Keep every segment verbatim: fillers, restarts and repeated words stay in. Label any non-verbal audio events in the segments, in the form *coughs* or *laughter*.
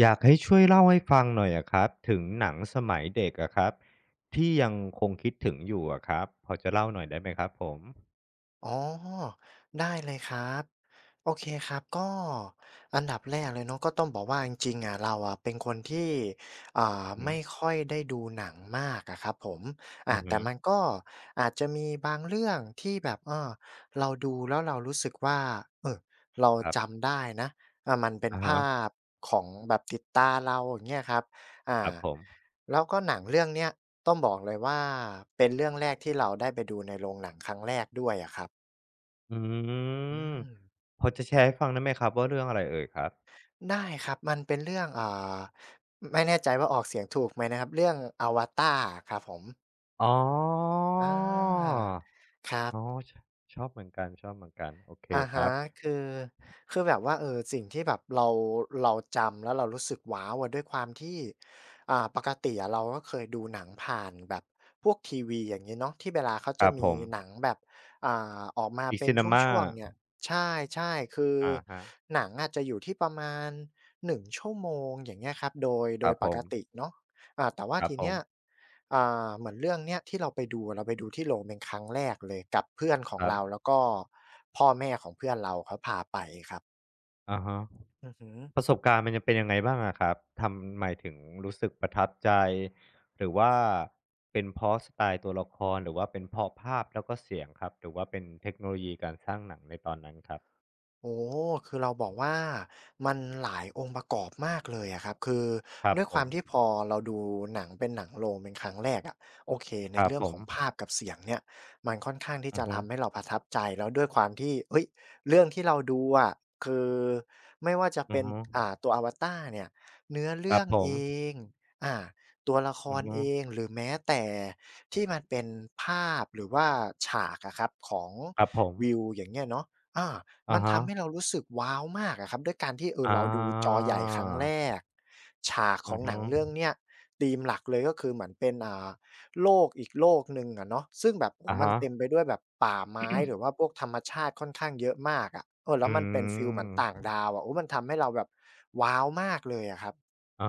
อยากให้ช่วยเล่าให้ฟังหน่อยอะครับถึงหนังสมัยเด็กอะครับที่ยังคงคิดถึงอยู่อะครับพอจะเล่าหน่อยได้ไหมครับผมอ๋อได้เลยครับโอเคครับก็อันดับแรกเลยเนาะก็ต้องบอกว่าจริงๆอะเราอะเป็นคนที่อ่าอือฮึไม่ค่อยได้ดูหนังมากอะครับผมอ่าอือแต่ฮึมันก็อาจจะมีบางเรื่องที่แบบเออเราดูแล้วเรารู้สึกว่าเออเราครับจำได้นะอ่ามันเป็นอะภาฮะพของแบบติดตาเราอย่างเงี้ยครับคอ่ารับผมแล้วก็หนังเรื่องเนี้ยต้องบอกเลยว่าเป็นเรื่องแรกที่เราได้ไปดูในโรงหนังครั้งแรกด้วยอะครับ อือืมมพอจะแชร์ให้ฟังได้ไหมครับว่าเรื่องอะไรเอ่ยครับได้ครับ มันเป็นเรื่องอ่าไม่แน่ใจว่าออกเสียงถูกไหมนะครับ เรื่อง Avatar ครับผมอ๋ออาครับ อ๋อชชอบเหมือนกันชอบเหมือนกันโอเคอะครัฮะบคือคือแบบว่าเออสิ่งที่แบบเราเราจำแล้วเรารู้สึกว้าวอะด้วยความที่อ่าปกติอะเราก็เคยดูหนังผ่านแบบพวกทีวีอย่างงี้เนาะที่เวลาเขาคจะรับผมีม หนังแบบอ่าออกมา Big เป็นช่วงๆ Cinema เนี่ยใช่ๆคืออะฮะหนังอะจะอยู่ที่ประมาณหนึ่งชั่วโมงอย่างเงี้ยครับโดยคโดรัยบปผกมติเนาะอ่าแต่ว่าครับทีผเนี้มย อ่าเหมือนเรื่องเนี้ยที่เราไปดูเราไปดูที่โรงเป็นครั้งแรกเลยกับเพื่อนขอคงรัเราแล้บวก็พ่อแม่ของเพื่อนเราเขาพาไปครับอะฮะ อือฮึ ประสบการณ์มันจะเป็นยังไงบ้างอะครับทำหมายถึงรู้สึกประทับใจหรือว่าเป็นเพราะสไตล์ตัวละครหรือว่าเป็นเพราะภาพแล้วก็เสียงครับหรือว่าเป็นเทคโนโลยีการสร้างหนังในตอนนั้นครับโอ้คือเราบอกว่ามันหลายองค์ประกอบมากเลยอะครับคือครับด้วยผความมที่พอเราดูหนังเป็นหนังโรงเป็นครั้งแรกอะโอเคคในรับเรื่อผงขมองภาพกับเสียงเนี่ยมันค่อนข้างที่อือจะฮึทำให้เราประทับใจแล้วด้วยความที่เฮ้ยเรื่องที่เราดูอะคือไม่ว่าจะอืเป็อนฮึอ่าตัว Avatar เนี่ยเนื้อคเรื่รัอบงผเอมงอ่าตัวละคอือรฮึเองหรือแม้แต่ที่มันเป็นภาพหรือว่าฉากอะครับของครับผวิวมอย่างเงี้ยเนาะอา อะมันฮะทำให้เรารู้สึกว้าวมากอะครับด้วยการที่เอออาเราดูจอใหญ่ครั้งแรกฉากขอือองหนัฮึงเรื่องเนี้ยธีมหลักเลยก็คือเหมือนเป็นอ่าโลกอีกโลกหนึ่งอะเนาะซึ่งแบบโอ้โฮอะมันฮะเต็มไปด้วยแบบป่าไม้หรือว่าพวกธรรมชาติค่อนข้างเยอะมากอะเออแล้อืวมันเป็นฟีลเหมือนต่างมดาวอะโอ้มันทำให้เราแบบว้าวมากเลยอะครับอ๋อ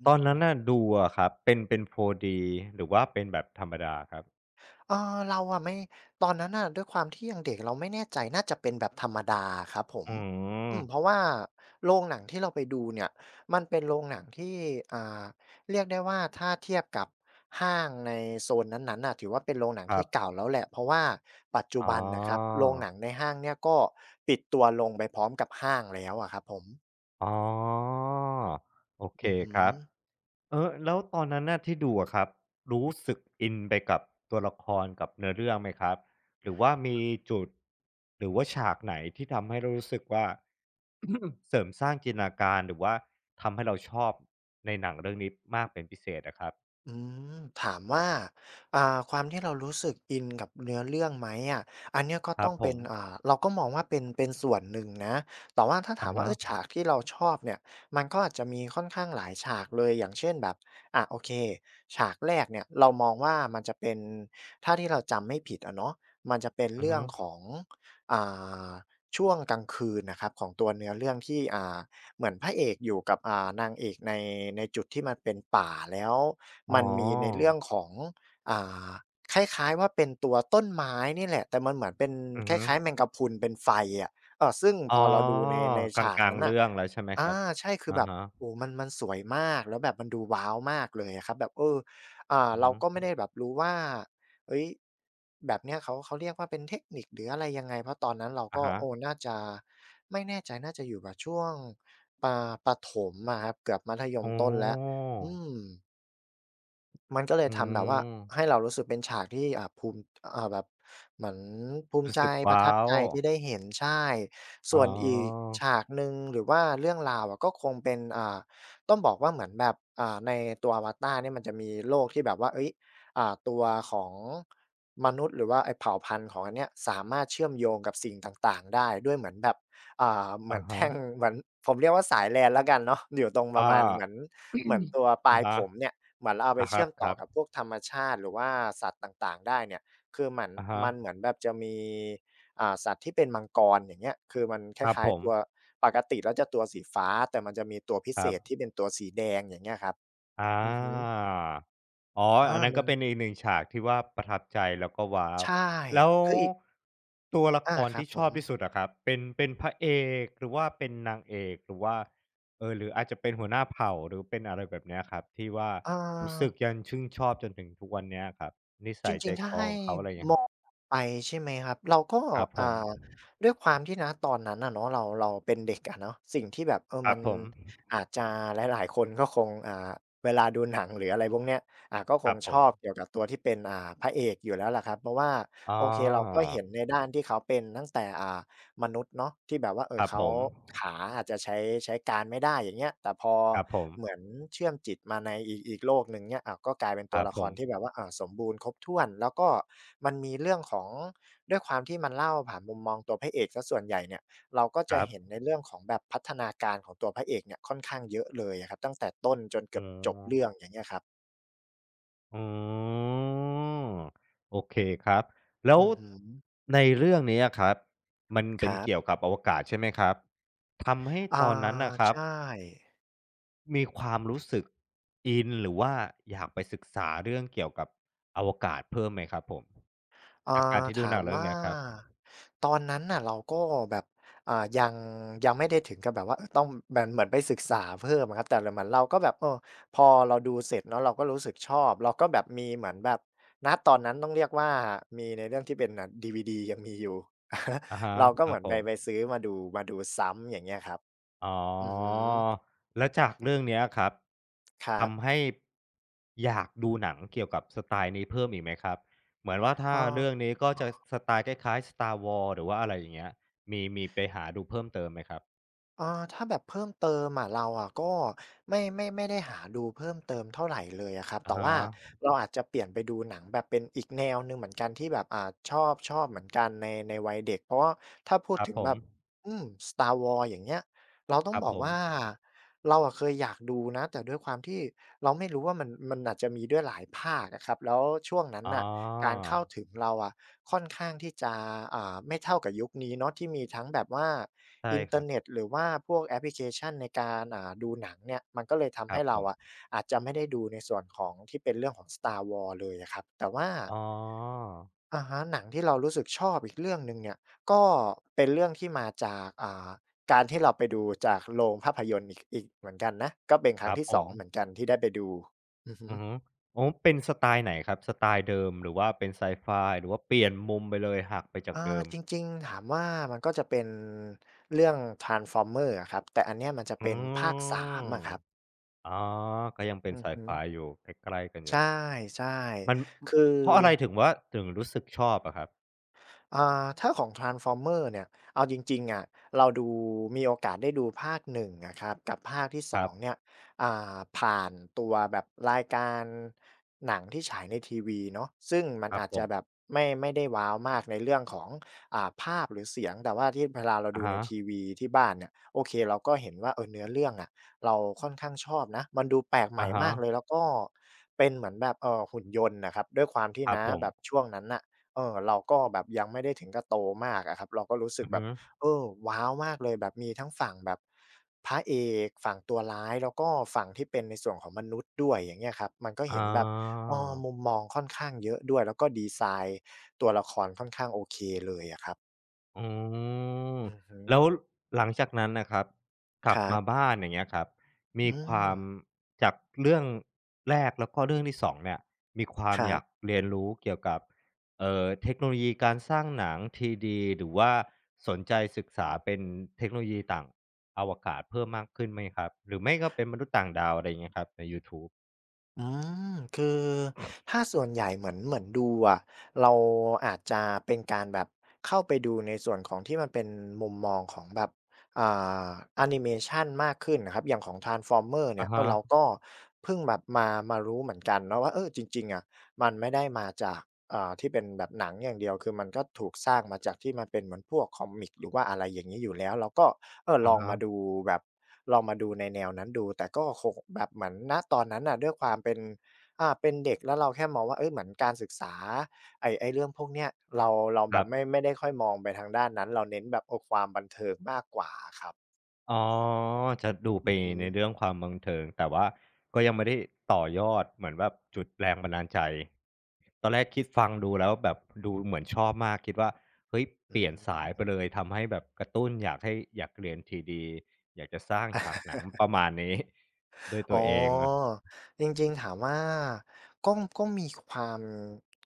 อืตอนม นั้นน่ะดูอะครับเป็นเป็น โฟร์ ดี หรือว่าเป็นแบบธรรมดาครับเออเราอะไม่ตอนนั้นน่ะด้วยความที่ยังเด็กเราไม่แน่ใจน่าจะเป็นแบบธรรมดาครับผมอือืมเพราะมว่าโรงหนังที่เราไปดูเนี่ยมันเป็นโรงหนังที่อ่าเรียกได้ว่าถ้าเทียบกับห้างในโซนนั้นๆน่ะถือว่าเป็นโรงหนังครัที่เก่าบ แล้วแหละเพราะว่าปัจจุอ๋อบันน่ะครับโรงหนังในห้างเนี่ยก็ปิดตัวลงไปพร้อมกับห้างแล้วอะครับผมอ๋อโอเคอือฮึ ครับเออแล้วตอนนั้นน่ะที่ดูอะครับรู้สึกอินไปกับตัวละครกับเนื้อเรื่องไหมครับหรือว่ามีจุดหรือว่าฉากไหนที่ทำให้เรารู้สึกว่า *coughs* เสริมสร้างจินตนาการหรือว่าทำให้เราชอบในหนังเรื่องนี้มากเป็นพิเศษอะครับอืมถามว่าอ่าความที่เรารู้สึกอินกับเนื้อเรื่องไหมอะอันเนี้ยก็ครัต้อบงผเป็นมอ่าเราก็มองว่าเป็นเป็นส่วนหนึ่งนะแต่ว่าถ้าถาอะมว่าฮะเออฉากที่เราชอบเนี่ยมันก็อาจจะมีค่อนข้างหลายฉากเลยอย่างเช่นแบบอ่าโอเคฉากแรกเนี่ยเรามองว่ามันจะเป็นถ้าที่เราจำไม่ผิดอะเนาะมันจะเป็นอือเรื่อฮึงของอ่าช่วงกลางคืนน่ะครับของตัวเนื้อเรื่องที่อ่า เหมือนพระเอกอยู่กับอ่านางเอกในในจุดที่มันเป็นป่าแล้วอ๋อมันมีในเรื่องของอ่าคล้ายๆว่าเป็นตัวต้นไม้นี่แหละแต่มันเหมือนเป็นอือคฮึล้ายๆแมงกะพรุนเป็นไฟอะเออซึ่งอ๋พออเราดูในในกฉากลางนั้นๆน่ะ เรื่องแล้วใช่ไหมคอารับใช่คืออะแบบฮะโอ้โฮมันมันสวยมากแล้วแบบมันดูว้าวมากเลยอะครับแบบเอออ่าอือเราก็ฮึไม่ได้แบบรู้ว่าเฮ้ยแบบเนี้ยเขาเขาเรียกว่าเป็นเทคนิคหรืออะไรยังไงเพราะตอนนั้นเราอะก็ฮะ โอ้น่าจะไม่แน่ใจน่าจะอยู่แบบช่วงปาประถมอะครับเกือบมัธยมอ๋อต้นแล้วอืม มันก็เลยอืทำแบบว่าให้มเรารู้สึกเป็นฉากที่อ่าภูมิอ่าแบบเหมือนภูมิรู้ใจสึกประว้าทับวใจที่ได้เห็นใช่ อ๋ส่วนอีกอฉากหนึ่งหรือว่าเรื่องราวอะก็คงเป็นอ่าต้องบอกว่าเหมือนแบบอ่าในตัว Avatar เนี่ยมันจะมีโลกที่แบบว่าเฮ้ยอ่าตัวของมนุษย์หรือว่าไอ้เผ่าพันธุ์ของอันเนี้ยสามารถเชื่อมโยงกับสิ่งต่างๆได้ด้วยเหมือนแบบอ่าเหมือะอนฮะแท่งเหมือนผมเรียกว่าสายแลนแล้วกันเนาะอยู่ตรงปอระมาณเหมืาอนเหมือนตัวปลายอะผฮะมเนี่ย เหมือนเราเอาไปอาเชื่อมคต่อรักับบพวกธรรมชาติหรือว่าสัตว์ต่างๆได้เนี่ยคือมันๆอะฮะมันเหมือนแบบจะมีอ่าสัตว์ที่เป็นมังกรอย่างเงี้ยคือมันคครับล้าผยๆมตัวปกติแล้วจะตัวสีฟ้าแต่มันจะมีตัวพิคเศรัษบที่เป็นตัวสีแดงอย่างเงี้ยครับอาอือฮึอ๋ออาอันนั้นมัก็นเป็นอีกหนึ่งฉากที่ว่าประทับใจแล้วก็ว้าว ใช่แล้วคืออีกตัวละคอารครับที่ผชอมบที่สุดอะครับ เป็นเป็นพระเอกหรือว่าเป็นนางเอกหรือว่าเอ่อหรืออาจจะเป็นหัวหน้าเผ่าหรือเป็นอะไรแบบเนี้ยครับที่ว่าเอ่รู้อสึกยังชื่นชอบจนถึงทุกวันเนี้ยครับนิจสัยใจริงๆถ้าคอให้ของเขาอะไรเงี้ม ย ไปใช่ไหมครับเราก็ครับผอ่มาด้วยความที่ณตอนนั้นอะเนาะเราเราเป็นเด็กอะเนาะสิ่งที่แบบเออครัมับนผมอาจจะหลายๆคนก็คงอ่าเวลาดูหนังหรืออะไรพวกเนี้ยอ่าก็คครังบผชอบมเกี่ยวกับตัวที่เป็นอ่าพระเอกอยู่แล้วแหละครับเพราะว่าอ๋อโอเคเราก็เห็นในด้านที่เขาเป็นตั้งแต่อ่า มนุษย์เนาะที่แบบว่าเอคอรับเขาผมขาอาจจะใช้ใช้การไม่ได้อย่างเงี้ยแต่พอครับผมเหมือนเชื่อมจิตมาในอีกอีกโลกหนึ่งเนี่ยอ้าก็กลายเป็นคตัวรับละผครมที่แบบว่าอ่าสมบูรณ์ครบถ้วนแล้วก็มันมีเรื่องของด้วยความที่มันเล่าผ่านมุมมองตัวพระเอกเสส่วนใหญ่เนี่ยเราก็คจะรัเห็นในบเรื่องของแบบพัฒนาการของตัวพระเอกเนี่ยค่อนข้างเยอะเลยอะครับตั้งแต่ต้นจนเกือ๋ออบจบเรื่องอย่างเงี้ยครับอ๋อโอเคครับแล้วอือฮึในเรื่องนี้อะครับมันคเป็นรัเกี่ยวบกับอวกาศใช่ไหมครับทำให้อาตอนนั้นน่ะครัใชบ่ มีความรู้สึกอินหรือว่าอยากไปศึกษาเรื่องเกี่ยวกับอวกาศเพิ่มไหมครับผมเอ่จากการอที่ดูหถานัมงเรื่องว่าเนี้ยครับตอนนั้นน่ะเราก็แบบอ่ายังยังไม่ได้ถึงกับแบบว่าเออต้องแบบเหมือนไปศึกษาเพิ่มอะครับแต่เราเหมอนเราก็แบบเออพอเราดูเสร็จเนาะเราก็รู้สึกชอบเราก็แบบมีเหมือนแบบณตอนนั้นต้องเรียกว่ามีในเรื่องที่เป็นน่ะดีวีดียังมีอยู่ *laughs* อะฮะอะฮะเราก็คเหรัมืบอนผไปไปม ซื้อมาดูมาดูซ้ำอย่างเงี้ยครับอ๋อ อือฮึแล้วจากเรื่องเนี้ยครับครัทำบให้อยากดูหนังเกี่ยวกับสไตล์นี้เพิ่มอีกไหมครับเหมือนว่าเอถ้าอ เรื่องนี้ก็จะสไตล์คล้ายๆ Star Wars หรือว่าอะไรอย่างเงี้ยมีมีไปหาดูเพิ่มเติมไหมครับอาถ้าแบบเพิ่มเติมอะเราอะก็ไม่ไม่ไม่ได้หาดูเพิ่มเติมเท่าไหร่เลยอะครับอะแต่ฮะว่าเราอาจจะเปลี่ยนไปดูหนังแบบเป็นอีกแนวหนึ่งเหมือนกันที่แบบอ่าชอบชอบเหมือนกันในในวัยเด็กเพราะว่าถ้าพูคดรับถึงผแบมบอืม Star Wars อย่างเงี้ย เราต้อคงรับบอกผมว่าเราอะเคยอยากดูนะแต่ด้วยความที่เราไม่รู้ว่ามันมันอาจจะมีด้วยหลายภาคอะครับแล้วช่วงนั้นอ๋อน่ะการเข้าถึงเราอะค่อนข้างที่จะอ่าไม่เท่ากับยุคนี้เนาะที่มีทั้งแบบว่าใช่อินคเทอรัร์บเน็ตหรือว่าพวกแอปพลิเคชันในการอ่าดูหนังเนี่ยมันก็เลยคทำรัให้บผเรามอะอาจจะไม่ได้ดูในส่วนของที่เป็นเรื่องของ Star Wars เลยอะครับแต่ว่า อ๋ออะฮะหนังที่เรารู้สึกชอบอีกเรื่องหนึ่งเนี่ยก็เป็นเรื่องที่มาจากอ่าการที่เราไปดูจากโรงภาพยนตร์อีกอีกเหมือนกันนะก็เป็นคครั้งรับที่ผสองเหมือนมกันที่ได้ไปดูอือฮึอือฮึอ๋อเป็นสไตล์ไหนครับสไตล์เดิมหรือว่าเป็นไซไฟหรือว่าเปลี่ยนมุมไปเลยหักไปจากอาเดิมจริงๆถามว่ามันก็จะเป็นเรื่อง Transformers อะครับแต่อันเนี้ยมันจะอืเป็นภาคม สามอะครับอ๋อ ก็ยังเป็นอือสายฮึไฟอยู่ใกล้ๆกันอยู่ ใช่มันอๆคือ เพราะอะไรถึงว่าถึงรู้สึกชอบอะครับ อ่าถ้าของ Transformer เนี่ยเอาจริงๆอะเราดูมีโอกาสได้ดูภาคหนึ่งนงนะครับกับภาคที่ครัสองเนี่บ ยอ่าผ่านตัวแบบรายการหนังที่ฉายในทีวีเนาะซึ่งมันครับอาจผจะมแบบไม่ไม่ได้ว้าวมากในเรื่องของอ่าภาพหรือเสียง แต่ว่าที่เวลาเราอะดูในฮะทีๆวีที่บ้านเนี่ยโอเคเราก็เห็นว่าเออเนื้อเรื่องอะเราค่อนข้างชอบนะมันดูแปลกใหม่มากเลยแล้วก็เป็นเหมือนแบบเออหุ่นยนต์นะครับด้วยความที่ครับนะผแบบมช่วงนั้นน่ะ เออเราก็แบบยังไม่ได้ถึงกับโตมากอะครับเราก็รู้สึอืกอแบฮึบเออว้าวมากเลยแบบมีทั้งฝั่งแบบพระเอกฝั่งตัวร้ายแล้วก็ฝั่งที่เป็นในส่วนของมนุษย์ด้วยอย่างเงี้ยครับมันก็อ๋เห็นอ แบบอ้อมุมมองค่อนข้างเยอะด้วยแล้วก็ดีไซน์ตัวละครค่อนข้างโอเคเลยอะครับอ๋ออือฮึแล้วหลังจากนั้นน่ะครับกลัคบรัมาบบ้านอย่างเงี้ยครับมีอืความมจากเรื่องแรกแล้วก็เรื่องที่สองเนี่ยมีควาคมรัอยากบ เรียนรู้เกี่ยวกับเอ่อเทคโนโลยีการสร้างหนัง ทรี ดี หรือว่าสนใจศึกษาเป็นเทคโนโลยีต่างอวกาศเพิ่มมากขึ้นไหมครับหรือไม่ก็เป็นมนุษย์ต่างดาวอะไรอย่างเงี้ยครับในยูทูบอืมคือถ้าส่วนใหญ่เหมือนเหมือนดูอะเราอาจจะเป็นการแบบเข้าไปดูในส่วนของที่มันเป็นมุมมองของแบบอ่าแอนิเมชันมากขึ้นน่ะครับอย่างของ Transformers อะเนี่ยเอฮะอเราก็เพิ่งแบบมามารู้เหมือนกันเนาะว่าเออจริงๆอะมันไม่ได้มาจากอ่าที่เป็นแบบหนังอย่างเดียวคือมันก็ถูกสร้างมาจากที่มันเป็นเหมือนพวกคอมิกหรือว่าอะไรอย่างงี้อยู่แล้วเราก็ เออลอะองฮะมาดูแบบลองมาดูในแนวนั้นดูแต่ก็คงแบบเหมือนณตอนนั้นน่ะด้วยความเป็นอ่าเป็นเด็กแล้วเราแค่มองว่าเฮ้ยเหมือนการศึกษาไอ้ไอ้เรื่องพวกเนี้ยเราเราคแบรับไม่บ ไม่ได้ค่อยมองไปทางด้านนั้นเราเน้นแบบเออความบันเทิงมากกว่าอะครับอ๋อจะดูไปอือฮึในเรื่องความบันเทิงแต่ว่าก็ยังไม่ได้ต่อยอดเหมือนแบบจุดแรงบันดาลใจตอนแรกคิดฟังดูแล้วแบบดูเหมือนชอบมากคิดว่าเฮ้ยอืเปลี่ยนสายไปม เลยทำให้แบบกระตุ้นอยากให้อยากเรียน ทรี ดี อยากจะสร้างฉากหนังประมาณนี้ด้วยอ๋ตัวเองอจริงๆถามว่าก็ก็มีความ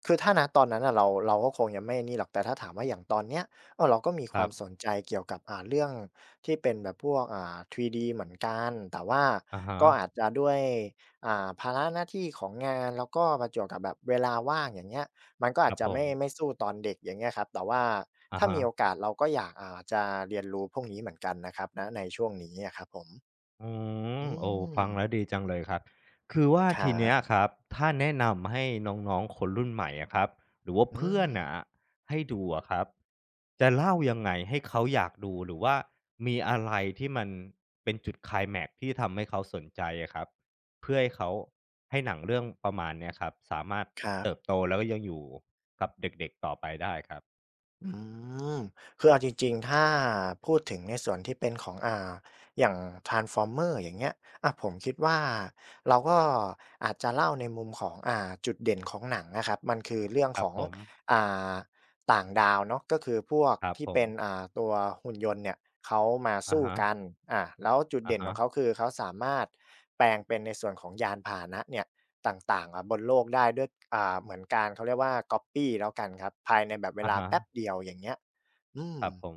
คือถ้าณตอนนั้นน่ะเราเราก็คงยังไม่นี่หรอกแต่ถ้าถามว่าอย่างตอนเนี้ยเออเราก็มีคควารัมสนบใจเกี่ยวกับอ่าเรื่องที่เป็นแบบพวกอ่า ทรี ดี เหมือนกันแต่ว่าอะฮะก็อาจจะด้วยอ่าภาระหน้าที่ของงานแล้วก็ประจวบกับแบบเวลาว่างอย่างเงี้ยมันก็คอาจรับจะผไม่ไม่มสู้ตอนเด็กอย่างเงี้ยครับแต่ว่าอะถ้ามีโอฮะ กาสเราก็อยากอ่าจะเรียนรู้พวกนี้เหมือนกันนะครับณในช่วงนี้อะครับผมอืมอืโอ้ฟัมงแล้วดีจังเลยครับคือว่าครัทีเนี้ยบ ครับถ้าแนะนำให้น้องๆคนรุ่นใหม่อะครับหรือว่าอืเพื่อนมน่ะให้ดูอะครับจะเล่ายังไงให้เขาอยากดูหรือว่ามีอะไรที่มันเป็นจุดไคลแม็กซ์ที่ทำให้เขาสนใจอะครับเพื่อให้เขาให้หนังเรื่องประมาณเนี้ยครับสามารถครับเติบโตแล้วก็ยังอยู่กับเด็กๆต่อไปได้ครับอืมคือเอาจริงๆถ้าพูดถึงในส่วนที่เป็นของอ่าอย่าง t r a n s f o r m e r อย่างเงี้ยอะผมคิดว่าเราก็อาจจะเล่าในมุมของอ่าจุดเด่นของหนังนะครับมันคือเรื่องคขรับองผมอ่า ต่างดาวเนาะก็คือพวกครับที่ผมเป็นอ่าตัวหุ่นยนต์เนี่ยเขามาอะสู้ฮะๆกันอาแล้วจุดๆเด่นของเขาอคือเขาสามารถแปลงเป็นในส่วนของยานพาหนะเนี่ยต่างๆอ่าบนโลกได้ด้วยอ่าเหมือนการเขาเรียกว่า Copy แล้วกันครับภายในแบบเวะลาแป๊บฮะเดียวอย่างเงี้ยอืคมรับผม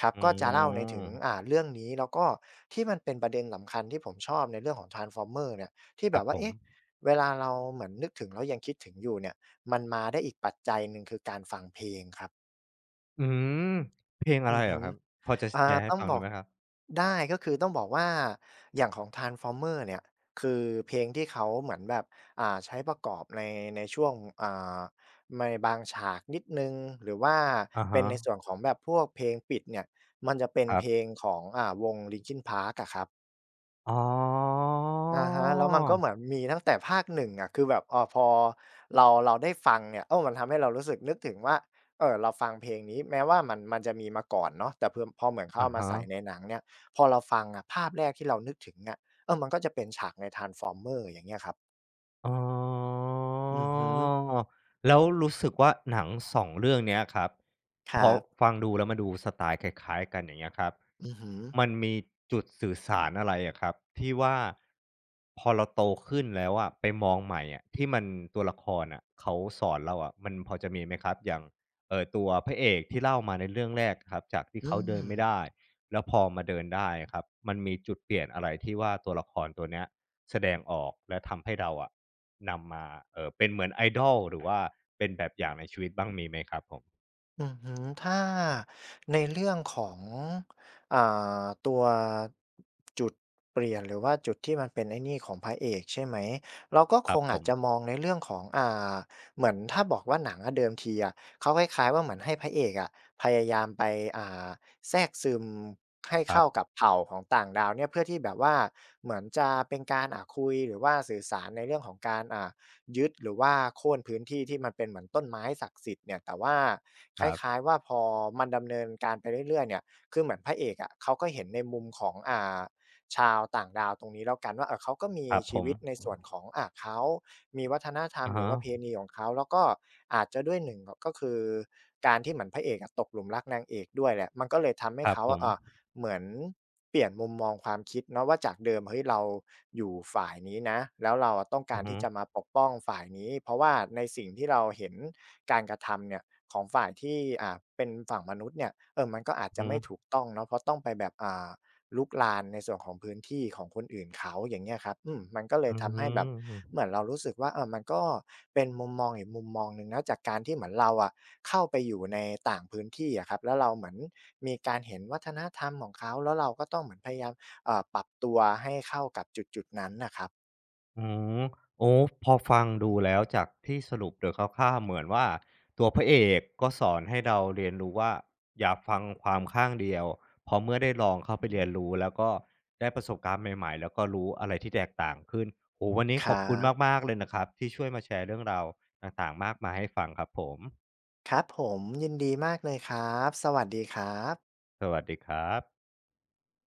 ครับอืก็จะเล่าในม ถึงอ่าเรื่องนี้แล้วก็ที่มันเป็นประเด็นสำคัญที่ผมชอบในเรื่องของ Transformers เนี่ยที่คแบรับบผว่ามเอ๊ะเวลาเราเหมือนนึกถึงแล้วยังคิดถึงอยู่เนี่ยมันมาได้อีกปัจจัยหนึ่งคือการฟังเพลงครับ อืมเพลงอะอืไรอเหรอฮึครับพอจะแชอ่าร์ให้ต้องฟังบอได้กไหมครับได้ก็คือต้องบอกว่าอย่างของ Transformers เนี่ยคือเพลงที่เขาเหมือนแบบอ่าใช้ประกอบในในช่วงอ่าในบางฉากนิดหนึ่งหรือว่าอะเป็นฮะในส่วนของแบบพวกเพลงปิดเนี่ยมันจะเป็นครัเพลงบของอ่าวง Linkin Park อะครับ อ๋ออาฮะแล้วมันก็เหมือนมีตั้งแต่ภาคหนึ่งอะคือแบบอ่าพอเราเราได้ฟังเนี่ยเออมันทำให้เรารู้สึกนึกถึงว่าเอ่อเราฟังเพลงนี้แม้ว่ามันมันจะมีมาก่อนเนาะแต่เพิ่มพอเหมือนเขาอะเอามาใส่ในฮะ หนังเนี่ยพอเราฟังอะภาพแรกที่เรานึกถึงอะเออมันก็จะเป็นฉากใน Transformers อย่างเงี้ยครับอ๋ออือฮึแล้วรู้สึกว่าหนังสองเรื่องเนี้ยครับคพอรับฟังดูแล้วมาดูสไตล์คล้ายๆกันอย่างเงี้ยครับอือฮึมันมีจุดสื่อสารอะไรอะครับที่ว่าพอเราโตขึ้นแล้วอะไปมองใหม่อะที่มันตัวละครอะเขาสอนเราอะมันพอจะมีไหมครับอย่างเอ่อตัวพระเอกที่เล่ามาในเรื่องแรกครับจากที่อืเขาเดินม ไม่ได้แล้วพอมาเดินได้อะครับมันมีจุดเปลี่ยนอะไรที่ว่าตัวละครตัวเนี้ยแสดงออกและทำให้เราอะ นำมาเอ่อเป็นเหมือนไอดอลหรือว่าเป็นแบบอย่างในชีวิตบ้างมีไหมครับผมอือฮึถ้าในเรื่องของอ่าตัวจุดเปลี่ยนหรือว่าจุดที่มันเป็นไอ้นี่ของพระเอกใช่ไหมเราก็คครับงผอาจมจะมองในเรื่องของอ่าเหมือนถ้าบอกว่าหนังอะเดิมทีอะเขาคล้ายๆว่าเหมือนให้พระเอกอะพยายามไปอ่าแทรกซึมให้ครัเข้าบกับเผ่าของต่างดาวเนี่ยเพื่อที่แบบว่าเหมือนจะเป็นการอ่าคุยหรือว่าสื่อสารในเรื่องของการอ่า ยึดหรือว่าโค่นพื้นที่ที่มันเป็นเหมือนต้นไม้ศักดิ์สิทธิ์เนี่ยแต่ว่าคครับล้ายๆว่าพอมันดำเนินการไปเรื่อยๆเนี่ยคือเหมือนพระเอกอะเขาก็เห็นในมุมของอ่าชาวต่างดาวตรงนี้แล้วกันว่าเอ่อเขาก็มีครับผชีวิตในมส่วนของอ่าเขามีวัฒนธรรมอะหรือฮะประเพณีของเขาแล้วก็อาจจะด้วยหนึ่งก็คือการที่เหมือนพระเอกอะตกหลุมรักนางเอกด้วยแหละมันก็เลยทำให้ครับเขาผอะมอ่า เหมือนเปลี่ยนมุมมองความคิดเนาะว่าจากเดิมเฮ้ยเราอยู่ฝ่ายนี้นะแล้วเราอะต้องกาอืรอฮึที่จะมาปกป้องฝ่ายนี้เพราะว่าในสิ่งที่เราเห็นการกระทำเนี่ยของฝ่ายที่อ่าเป็นฝั่งมนุษย์เนี่ยเออมันก็อาจจะอือไม่ถูฮึกต้องเนาะเพราะต้องไปแบบอ่า ลุกรานในส่วนของพื้นที่ของคนอื่นเขาอย่างเงี้ยครับอืมมันก็เลอืยทำให้แบบเหม มือนเรารู้สึกว่าเออมันก็เป็นมุมมองอีกมุมมองหนึ่งนะจากการที่เหมือนเราอะเข้าไปอยู่ในต่างพื้นที่อะครับแล้วเราเหมือนมีการเห็นวัฒนธรรมของเขาแล้วเราก็ต้องเหมือนพยายามเอ่อปรับตัวให้เข้ากับจุดๆนั้นน่ะครับอืมโอ้พอฟังดูอแล้วจากที่สรุปโดยคร่าวๆเหมือนว่าตัวพระเอกก็สอนให้เราเรียนรู้ว่าอย่าฟังความข้างเดียวเพอเมื่อได้ลองเข้าืไปอฮึเรียนรู้แล้วก็ได้ประสบการณ์ใหม่ๆแล้วก็รู้อะไรที่แตกต่างขึ้นโอ้วันนี้คขอรับคุณบมากๆเลยนะครับที่ช่วยมาแชร์เรื่องราวต่างๆมากมายให้ฟังครับผมครับผมยินดีมากเลยครับ สวัสดีครับสวัสดีครับ